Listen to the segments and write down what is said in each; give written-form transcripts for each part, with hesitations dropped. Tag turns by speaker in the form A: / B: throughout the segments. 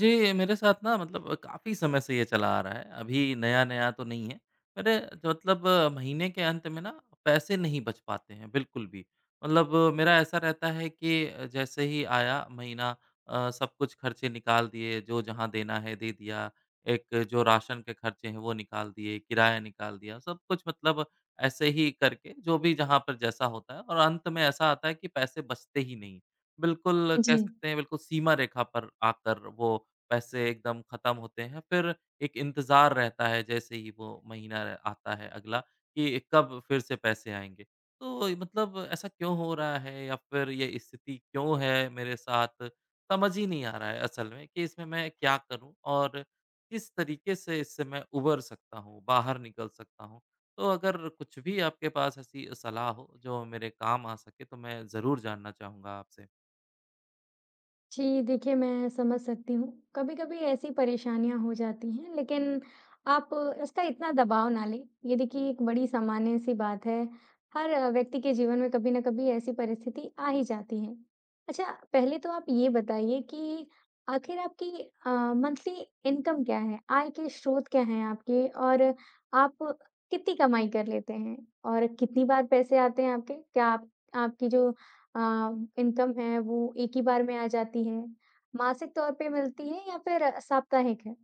A: जी, मेरे साथ ना मतलब काफ़ी समय से ये चला आ रहा है। अभी नया-नया तो नहीं है। मेरे जो मतलब महीने के अंत में ना पैसे नहीं बच पाते हैं बिल्कुल भी। मतलब मेरा ऐसा रहता है कि जैसे ही आया महीना सब कुछ खर्चे निकाल दिए, जो जहाँ देना है दे दिया। एक जो राशन के खर्चे हैं वो निकाल दिए, किराया निकाल दिया, सब कुछ मतलब ऐसे ही करके जो भी जहाँ पर जैसा होता है और अंत में ऐसा आता है कि पैसे बचते ही नहीं। बिल्कुल, कह
B: जी।
A: सकते हैं बिल्कुल सीमा रेखा पर आकर वो पैसे एकदम ख़त्म होते हैं। फिर एक इंतज़ार रहता है जैसे ही वो महीना र आता है अगला कि कब फिर से पैसे आएँगे। तो ये मतलब ऐसा क्यों हो रहा है या फिर ये स्थिति क्यों है मेरे साथ? समझ ही नहीं आ रहा है असल में कि इसमें मैं क्या करूँ और किस तरीके से इससे मैं उबर सकता हूँ, बाहर निकल सकता हूँ? तो अगर कुछ भी आपके पास ऐसी सलाह हो जो मेरे काम आ सके तो मैं ज़रूर जानना चाहूँगा आपसे।
B: जी, देखिए मैं समझ सकती हूँ। कभी-कभी ऐसी परेशानियाँ हो जाती हैं, लेकिन आप इसका इतना दबाव ना लें। ये देखिए एक बड़ी सामान्य-सी बात है। हर व्यक्ति के जीवन में कभी न कभी ऐसी परिस्थिति आ ही जाती है। अच्छा, पहले तो आप ये बताइए कि आखिर आपकी मंथली इनकम क्या है? आय के स्रोत क्या हैं आपके और आप कितनी कमाई कर लेते हैं? और कितनी बार पैसे आते हैं आपके? क्या आप आपकी जो अ, इनकम है वो एक ही बार में आ जाती है? मासिक तौर पे मिलती है या फिर साप्ताहिक है?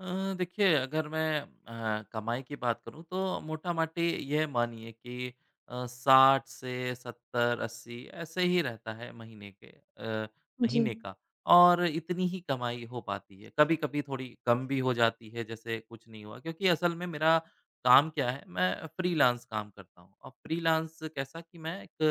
A: देखिए अगर मैं कमाई की बात करूँ तो मोटा-माटी ये मानिए कि 60 से 70-80 ऐसे ही रहता है
B: जी।
A: महीने का और इतनी ही कमाई हो पाती है। कभी-कभी थोड़ी कम भी हो जाती है जैसे कुछ नहीं हुआ क्योंकि असल में मेरा काम क्या है मैं फ्रीलांस काम करता हूँ। अब फ्रीलांस कैसा कि मैं एक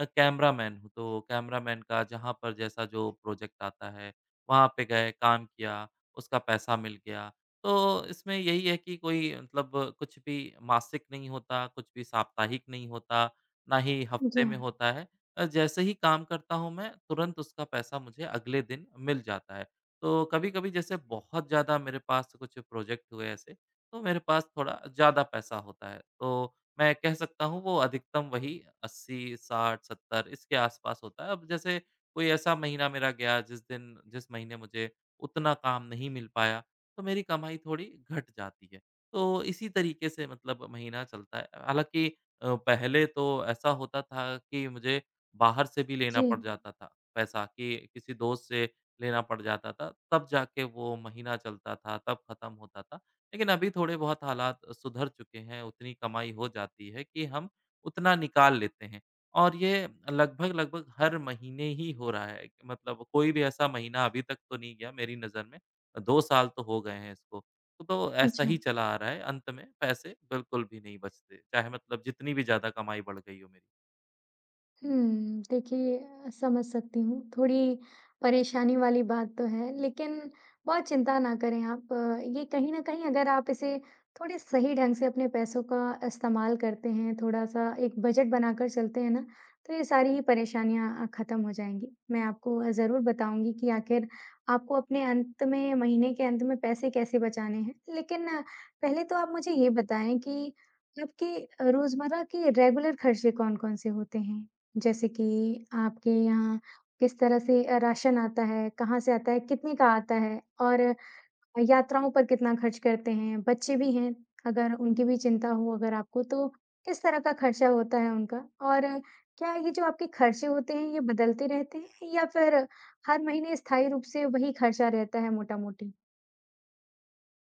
A: कैमरामैन हूँ तो कैमरामैन का जहाँ पर जैसा जो प्रोजेक्ट आता है वहाँ पे गए, काम किया, उसका पैसा मिल गया। तो इसमें यही है कि कोई मतलब कुछ भी मासिक नहीं होता, कुछ भी साप्ताहिक नहीं होता, ना ही
B: जी
A: हफ्ते में
B: हाँ।
A: होता है। जैसे ही काम करता हूँ मैं, तुरंत उसका पैसा मुझे अगले दिन मिल जाता है। तो कभी-कभी जैसे बहुत ज़्यादा मेरे पास कुछ प्रोजेक्ट हुए ऐसे, तो मेरे पास थोड़ा ज़्यादा पैसा होता है। तो मैं कह सकता हूँ वो अधिकतम वही 80, 60, 70 इसके आस-पास होता है। अब जैसे कोई ऐसा महीना मेरा गया जिस दिन जिस महीने मुझे उतना काम नहीं मिल पाया, तो मेरी कमाई थोड़ी घट जाती है। तो इसी तरीके से मतलब महीना चलता है। हालाँकि पहले तो ऐसा होता था कि मुझे बाहर से भी लेना
B: जी।
A: पड़ जाता था पैसा कि किसी दोस्त से लेना पड़ जाता था, तब जाके वो महीना चलता था, तब ख़त्म होता था। लेकिन अभी थोड़े बहुत हालात सुधर चुके हैं, उतनी कमाई हो जाती है कि हम उतना निकाल लेते हैं। और ये लगभग-लगभग हर महीने ही हो रहा है, मतलब कोई भी ऐसा महीना अभी तक तो नहीं गया मेरी नज़र में 2 साल तो हो गए हैं इसको। तो ऐसा
B: अच्छा।
A: ही चला आ रहा है, अंत में पैसे बिल्कुल भी नहीं बचते, चाहे मतलब जितनी भी ज़्यादा कमाई बढ़ गई हो मेरी।
B: देखिए समझ सकती हूँ, थोड़ी परेशानी वाली बात तो है, लेकिन बहुत चिंता ना करें आप। ये कहीं न कहीं अगर आप इसे थोड़े सही ढंग से अपने पैसों का इस्तेमाल करते हैं, थोड़ा-सा एक बजट बनाकर चलते हैं ना, तो ये सारी ही परेशानियाँ ख़त्म हो जाएँगी। मैं आपको ज़रूर बताऊँगी कि आखिर आपको अपने अंत में महीने के अंत में पैसे कैसे बचाने हैं। लेकिन पहले तो आप मुझे ये बताएँ कि आपके रोज़मर्रा के रेगुलर खर्चे कौन-कौन से होते हैं? जैसे कि आपके यहाँ किस तरह से राशन आता है? कहाँ से आता है? कितने का आता है? और यात्राओं पर कितना खर्च करते हैं? बच्चे भी हैं, अगर उनकी भी चिंता हो अगर आपको, तो किस तरह का खर्चा होता है उनका? और क्या ये जो आपके खर्चे होते हैं, ये बदलते रहते हैं या फिर हर महीने स्थायी रूप से वही खर्चा रहता है मोटा-मोटी?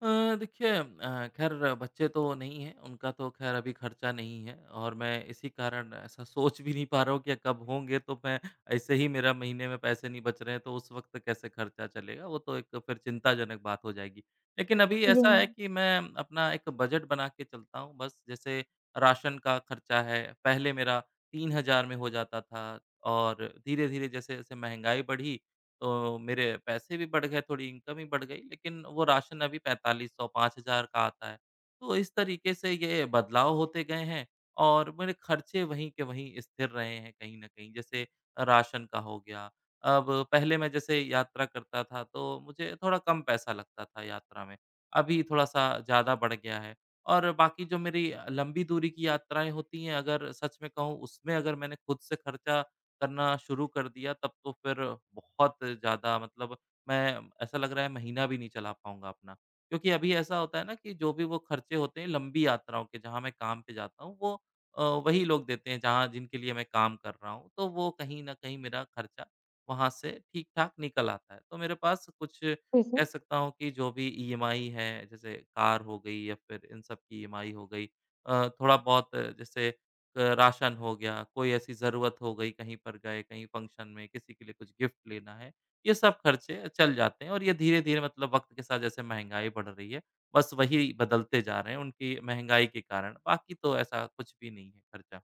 A: अ, देखिए खैर बच्चे तो नहीं हैं, उनका तो खैर अभी खर्चा नहीं है और मैं इसी कारण ऐसा सोच भी नहीं पा रहा हूँ कि कब होंगे, तो मैं ऐसे ही मेरा महीने में पैसे नहीं बच रहे हैं, तो उस वक़्त कैसे खर्चा चलेगा, वो तो एक फिर चिंताजनक बात हो जाएगी। लेकिन अभी
B: जी
A: ऐसा
B: हाँ,
A: है कि मैं अपना एक बजट बना के चलता हूँ बस, जैसे राशन का खर्चा है, पहले मेरा 3,000 में हो जाता था और धीरे-धीरे जैसे-जैसे महँगाई बढ़ी तो मेरे पैसे भी बढ़ गए, थोड़ी इनकम ही बढ़ गई, लेकिन वो राशन अभी 4,500 5,000 का आता है। तो इस तरीके से ये बदलाव होते गए हैं और मेरे खर्चे वहीं के वहीं स्थिर रहे हैं कहीं न कहीं। जैसे राशन का हो गया, अब पहले मैं जैसे यात्रा करता था तो मुझे थोड़ा कम पैसा लगता था यात्रा में, अभी थोड़ा-सा ज़्यादा बढ़ गया है। और बाकी जो मेरी लंबी दूरी की यात्राएँ होती हैं, अगर सच में कहूँ उसमें अगर मैंने खुद से खर्चा करना शुरू कर दिया तब तो फिर बहुत ज़्यादा मतलब मैं ऐसा लग रहा है महीना भी नहीं चला पाऊँगा अपना। क्योंकि अभी ऐसा होता है ना कि जो भी वो खर्चे होते हैं लंबी यात्राओं के जहाँ मैं काम पे जाता हूँ वो वही लोग देते हैं जहाँ जिनके लिए मैं काम कर रहा हूँ। तो वो कहीं न कहीं मेरा खर्चा वहाँ से ठीक-ठाक निकल आता है। तो मेरे पास कुछ
B: ठीक
A: कह
B: है।
A: सकता हूँ कि जो भी ईएमआई है जैसे कार हो गई या फिर इन सब की ईएमआई हो गई। थोड़ा-बहुत जैसे राशन हो गया, कोई ऐसी ज़रूरत हो गई, कहीं पर गए, कहीं फंक्शन में, किसी के लिए कुछ गिफ्ट लेना है, ये सब खर्चे चल जाते हैं और ये धीरे-धीरे मतलब वक़्त के साथ जैसे महँगाई बढ़ रही है, बस वही बदलते जा रहे हैं उनकी महँगाई के कारण, बाकी तो ऐसा कुछ भी नहीं है खर्चा।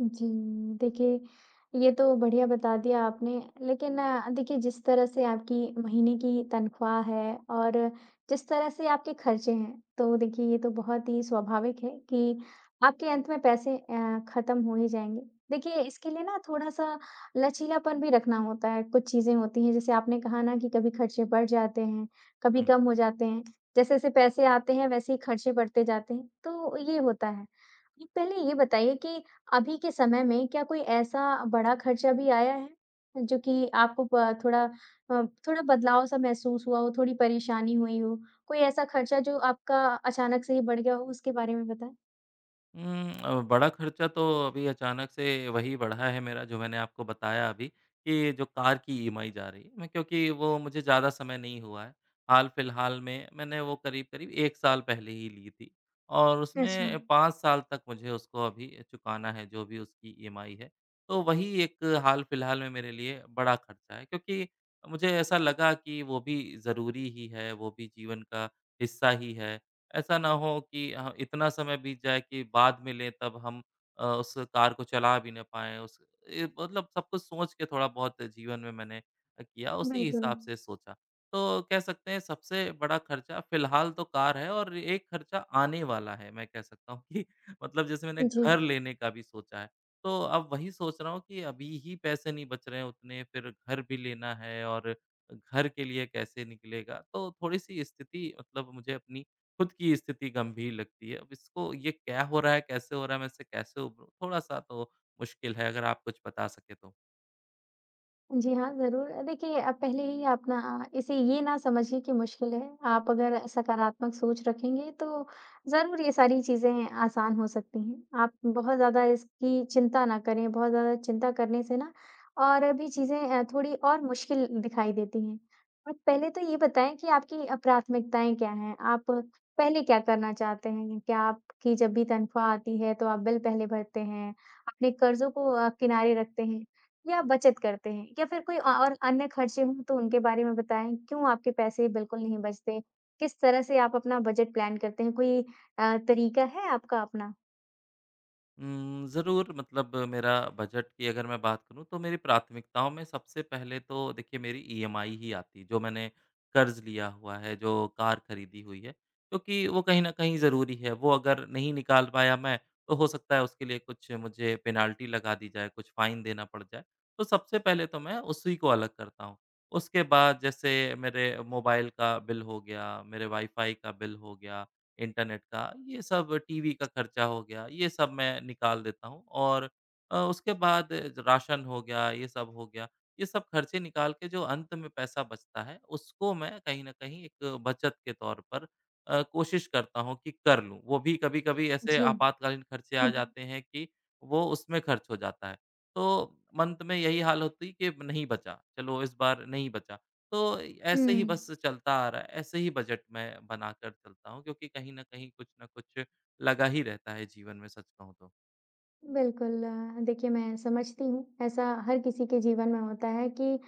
B: जी, देखिए ये तो बढ़िया बता दिया आपने। लेकिन देखिए जिस तरह से आपकी महीने की तनख्वाह है और जिस तरह से आपके खर्चे हैं, तो देखिए ये तो बहुत ही स्वाभाविक है कि आपके अंत में पैसे ख़त्म हो ही जाएँगे। देखिए इसके लिए ना थोड़ा-सा लचीलापन भी रखना होता है। कुछ चीज़ें होती हैं जैसे आपने कहा ना कि कभी खर्चे बढ़ जाते हैं, कभी कम हो जाते हैं। जैसे-जैसे पैसे आते हैं वैसे ही खर्चे बढ़ते जाते हैं, तो ये होता है। पहले ये बताइए कि अभी के समय में क्या कोई ऐसा बड़ा खर्चा भी आया है, जो कि आपको थोड़ा बदलाव सा महसूस हुआ हो, थोड़ी परेशानी हुई हो? कोई ऐसा खर्चा जो आपका अचानक से ही बढ़ गया हो, उसके बारे में बताएँ?
A: बड़ा खर्चा तो अभी अचानक से वही बढ़ा है मेरा जो मैंने आपको बताया अभी कि जो कार की ईएमआई जा रही है। मैं क्योंकि वो मुझे ज़्यादा समय नहीं हुआ है। हाल-फिलहाल में मैंने वो करीब-करीब 1 साल पहले ही ली थी और
B: अच्छा,
A: उसमें 5 साल तक मुझे उसको अभी चुकाना है जो भी उसकी ईएमआई है। तो वही एक हाल-फिलहाल में मेरे लिए बड़ा खर्चा है क्योंकि मुझे ऐसा लगा कि वो भी ज़रूरी ही है, वो भी जीवन का हिस्सा ही है। ऐसा ना हो कि इतना समय बीत जाए कि बाद में लें तब हम उस कार को चला भी ना पाएँ उस मतलब सब कुछ सोच के थोड़ा-बहुत जीवन में मैंने किया उसी
B: बिल्कुल।
A: हिसाब से सोचा। तो कह सकते हैं सबसे बड़ा खर्चा फ़िलहाल तो कार है और एक खर्चा आने वाला है, मैं कह सकता हूँ कि मतलब जैसे मैंने
B: जी।
A: घर लेने का भी सोचा है। तो अब वही सोच रहा हूँ कि अभी ही पैसे नहीं बच रहे हैं उतने फिर घर भी लेना है और घर के लिए कैसे निकलेगा? तो थोड़ी-सी स्थिति मतलब मुझे अपनी खुद की स्थिति गंभीर लगती है। अब इसको ये क्या हो रहा है, कैसे हो रहा है, मैं इससे कैसे उभरूँ? थोड़ा-सा तो मुश्किल है, अगर आप कुछ बता सकें तो।
B: जी हाँ, ज़रूर। देखिए पहले ही आप ना इसे ये ना समझिए कि मुश्किल है। आप अगर सकारात्मक सोच रखेंगे तो ज़रूर ये सारी चीज़ें आसान हो सकती हैं। आप बहुत ज़्यादा इसकी चिंता ना करें, बहुत ज़्यादा चिंता करने से ना और भी चीज़ें थोड़ी और मुश्किल दिखाई देती हैं। आप पहले तो ये बताएँ कि आपकी प्राथमिकताएँ क्या हैं? आप पहले क्या करना चाहते हैं? क्या आपकी जब भी तनख्वाह आती है तो आप बिल पहले भरते हैं? अपने कर्ज़ों को किनारे रखते हैं? या बचत करते हैं या फिर कोई और अन्य खर्चे हों तो उनके बारे में बताएँ, क्यों आपके पैसे बिल्कुल नहीं बचते? किस तरह से आप अपना बजट प्लान करते हैं? कोई तरीका है आपका अपना?
A: ज़रूर मतलब मेरा बजट की अगर मैं बात करूँ तो मेरी प्राथमिकताओं में सबसे पहले तो देखिए मेरी ईएमआई ही आती जो मैंने कर्ज़ लिया हुआ है, जो कार खरीदी हुई है, क्योंकि वो कहीं न कहीं ज़रूरी है। वो अगर नहीं निकाल पाया मैं, तो हो सकता है उसके लिए कुछ मुझे पेनाल्टी लगा दी जाए, कुछ फ़ाइन देना पड़ जाए। तो सबसे पहले तो मैं उसी को अलग करता हूँ। उसके बाद जैसे मेरे मोबाइल का बिल हो गया, मेरे वाई-फाई का बिल हो गया इंटरनेट का, ये सब टीवी का खर्चा हो गया, ये सब मैं निकाल देता हूँ और उसके बाद राशन हो गया, ये सब हो गया। ये सब खर्चे निकाल के जो अंत में पैसा बचता है, उसको मैं कहीं न कहीं एक बचत के तौर पर कोशिश करता हूँ कि कर लूँ। वो भी कभी-कभी ऐसे
B: जी।
A: आपातकालीन खर्चे आ
B: हुँ।
A: जाते हैं कि वो उसमें खर्च हो जाता है। तो अंत में यही हाल होती है कि नहीं बचा, चलो इस बार नहीं बचा। तो
B: हुँ।
A: ऐसे ही बस चलता आ रहा है, ऐसे ही बजट मैं बनाकर चलता हूँ क्योंकि कहीं न कहीं कुछ न कुछ लगा ही रहता है जीवन में सच कहूँ तो।
B: बिल्कुल देखिए मैं समझती हूँ। ऐसा हर किसी के जीवन में होता है कि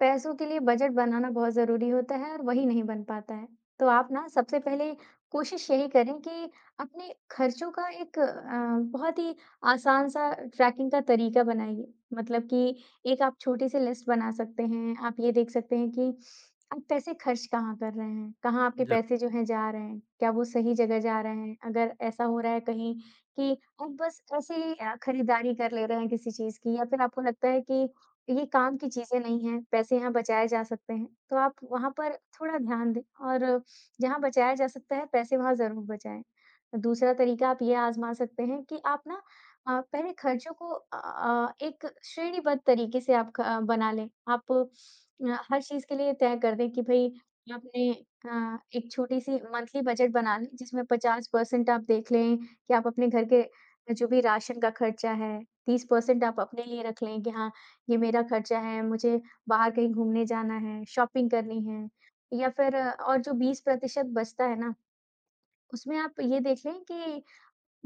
B: पैसों के लिए बजट बनाना बहुत ज़रूरी होता है और वही नहीं बन पाता है। तो आप ना सबसे पहले कोशिश यही करें कि अपने खर्चों का एक बहुत ही आसान-सा ट्रैकिंग का तरीका बनाइए। मतलब कि एक आप छोटी-सी लिस्ट बना सकते हैं। आप ये देख सकते हैं कि आप पैसे खर्च कहाँ कर रहे हैं? कहाँ आपके
A: जी,
B: पैसे जो हैं जा रहे हैं? क्या वो सही जगह जा रहे हैं? अगर ऐसा हो रहा है कहीं कि आप बस ऐसे ही खरीदारी कर ले रहे हैं किसी चीज़ की या फिर आपको लगता है कि ये काम की चीज़ें नहीं हैं, पैसे यहाँ बचाए जा सकते हैं, तो आप वहाँ पर थोड़ा ध्यान दें और जहाँ बचाया जा सकता है, पैसे वहाँ ज़रूर बचाएँ। दूसरा तरीका आप ये आज़मा सकते हैं कि आप ना पहले खर्चों को एक श्रेणीबद्ध तरीके से आप बना लें। आप हर चीज़ के लिए तय कर दें कि भई आपने एक छोटी-सी मंथली बजट बना लें, जिसमें 50% आप देख लें कि आप अपने घर के जो भी राशन का खर्चा है, 30% आप अपने लिए रख लें कि हाँ, ये मेरा खर्चा है, मुझे बाहर कहीं घूमने जाना है, शॉपिंग करनी है। या फिर और जो 20% बचता है ना, उसमें आप ये देख लें कि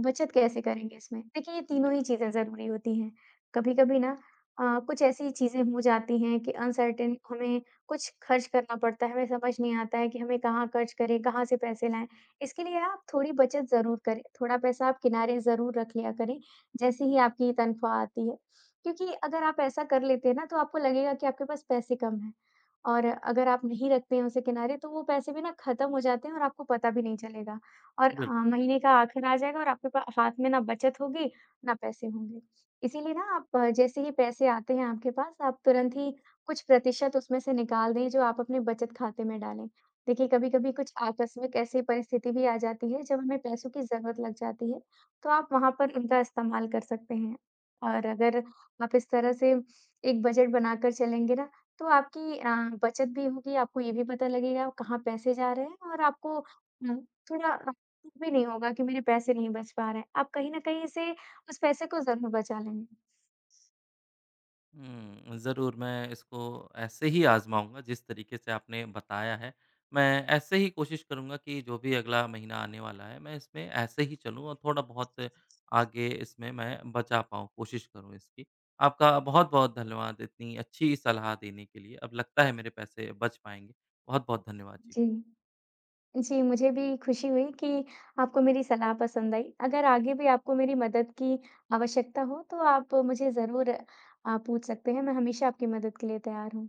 B: बचत कैसे करेंगे इसमें? देखिए, ये तीनों ही चीज़ें ज़रूरी होती हैं। कभी-कभी ना कुछ ऐसी चीज़ें हो जाती हैं कि अनसर्टेन हमें कुछ खर्च करना पड़ता है, हमें समझ नहीं आता है कि हमें कहाँ खर्च करें, कहाँ से पैसे लाएँ। इसके लिए आप थोड़ी बचत ज़रूर करें, थोड़ा पैसा आप किनारे ज़रूर रख लिया करें, जैसे ही आपकी तनख्वाह आती है। क्योंकि अगर आप ऐसा कर लेते हैं ना, तो आपको लगेगा कि आपके पास पैसे कम हैं और अगर आप नहीं रखते हैं उसे किनारे, तो वो पैसे भी ना ख़त्म हो जाते हैं और आपको पता भी नहीं चलेगा। और
A: बिल्कुल।
B: महीने का आखिर आ जाएगा और आपके पा हाथ में ना बचत होगी, ना पैसे होंगे। इसीलिए ना आप जैसे ही पैसे आते हैं आपके पास, आप तुरंत ही कुछ प्रतिशत उसमें से निकाल दें, जो आप अपने बचत खाते में डालें। देखिए, कभी-कभी कुछ आकस्मिक ऐसी परिस्थिति भी आ जाती है, जब हमें पैसों की ज़रूरत लग जाती है, तो आप वहाँ पर उनका इस्तेमाल कर सकते हैं। और अगर आप इस तरह से एक बजट बनाकर चलेंगे ना, तो आपकी बचत भी होगी, आपको ये भी पता लगेगा कहाँ पैसे जा रहे हैं और आपको थोड़ा भी नहीं होगा कि मेरे पैसे नहीं बच पा रहे हैं। आप कहीं न कहीं से उस पैसे को ज़रूर बचा लेंगे।
A: ज़रूर मैं इसको ऐसे ही आज़माऊँगा जिस तरीके से आपने बताया है। मैं ऐसे ही कोशिश करूँगा कि जो भी अगला महीना आने वाला है, मैं इसमें ऐसे ही चलूँ और थोड़ा बहुत आगे इसमें मैं बचा पाऊँ, कोशिश करूँ इसकी। आपका बहुत-बहुत धन्यवाद इतनी अच्छी सलाह देने के लिए। अब लगता है मेरे पैसे बच पाएँगे। बहुत-बहुत धन्यवाद
B: जी।
A: जी।
B: जी, मुझे भी खुशी हुई कि आपको मेरी सलाह पसंद आई। अगर आगे भी आपको मेरी मदद की आवश्यकता हो, तो आप मुझे ज़रूर पूछ सकते हैं। मैं हमेशा आपकी मदद के लिए तैयार हूँ।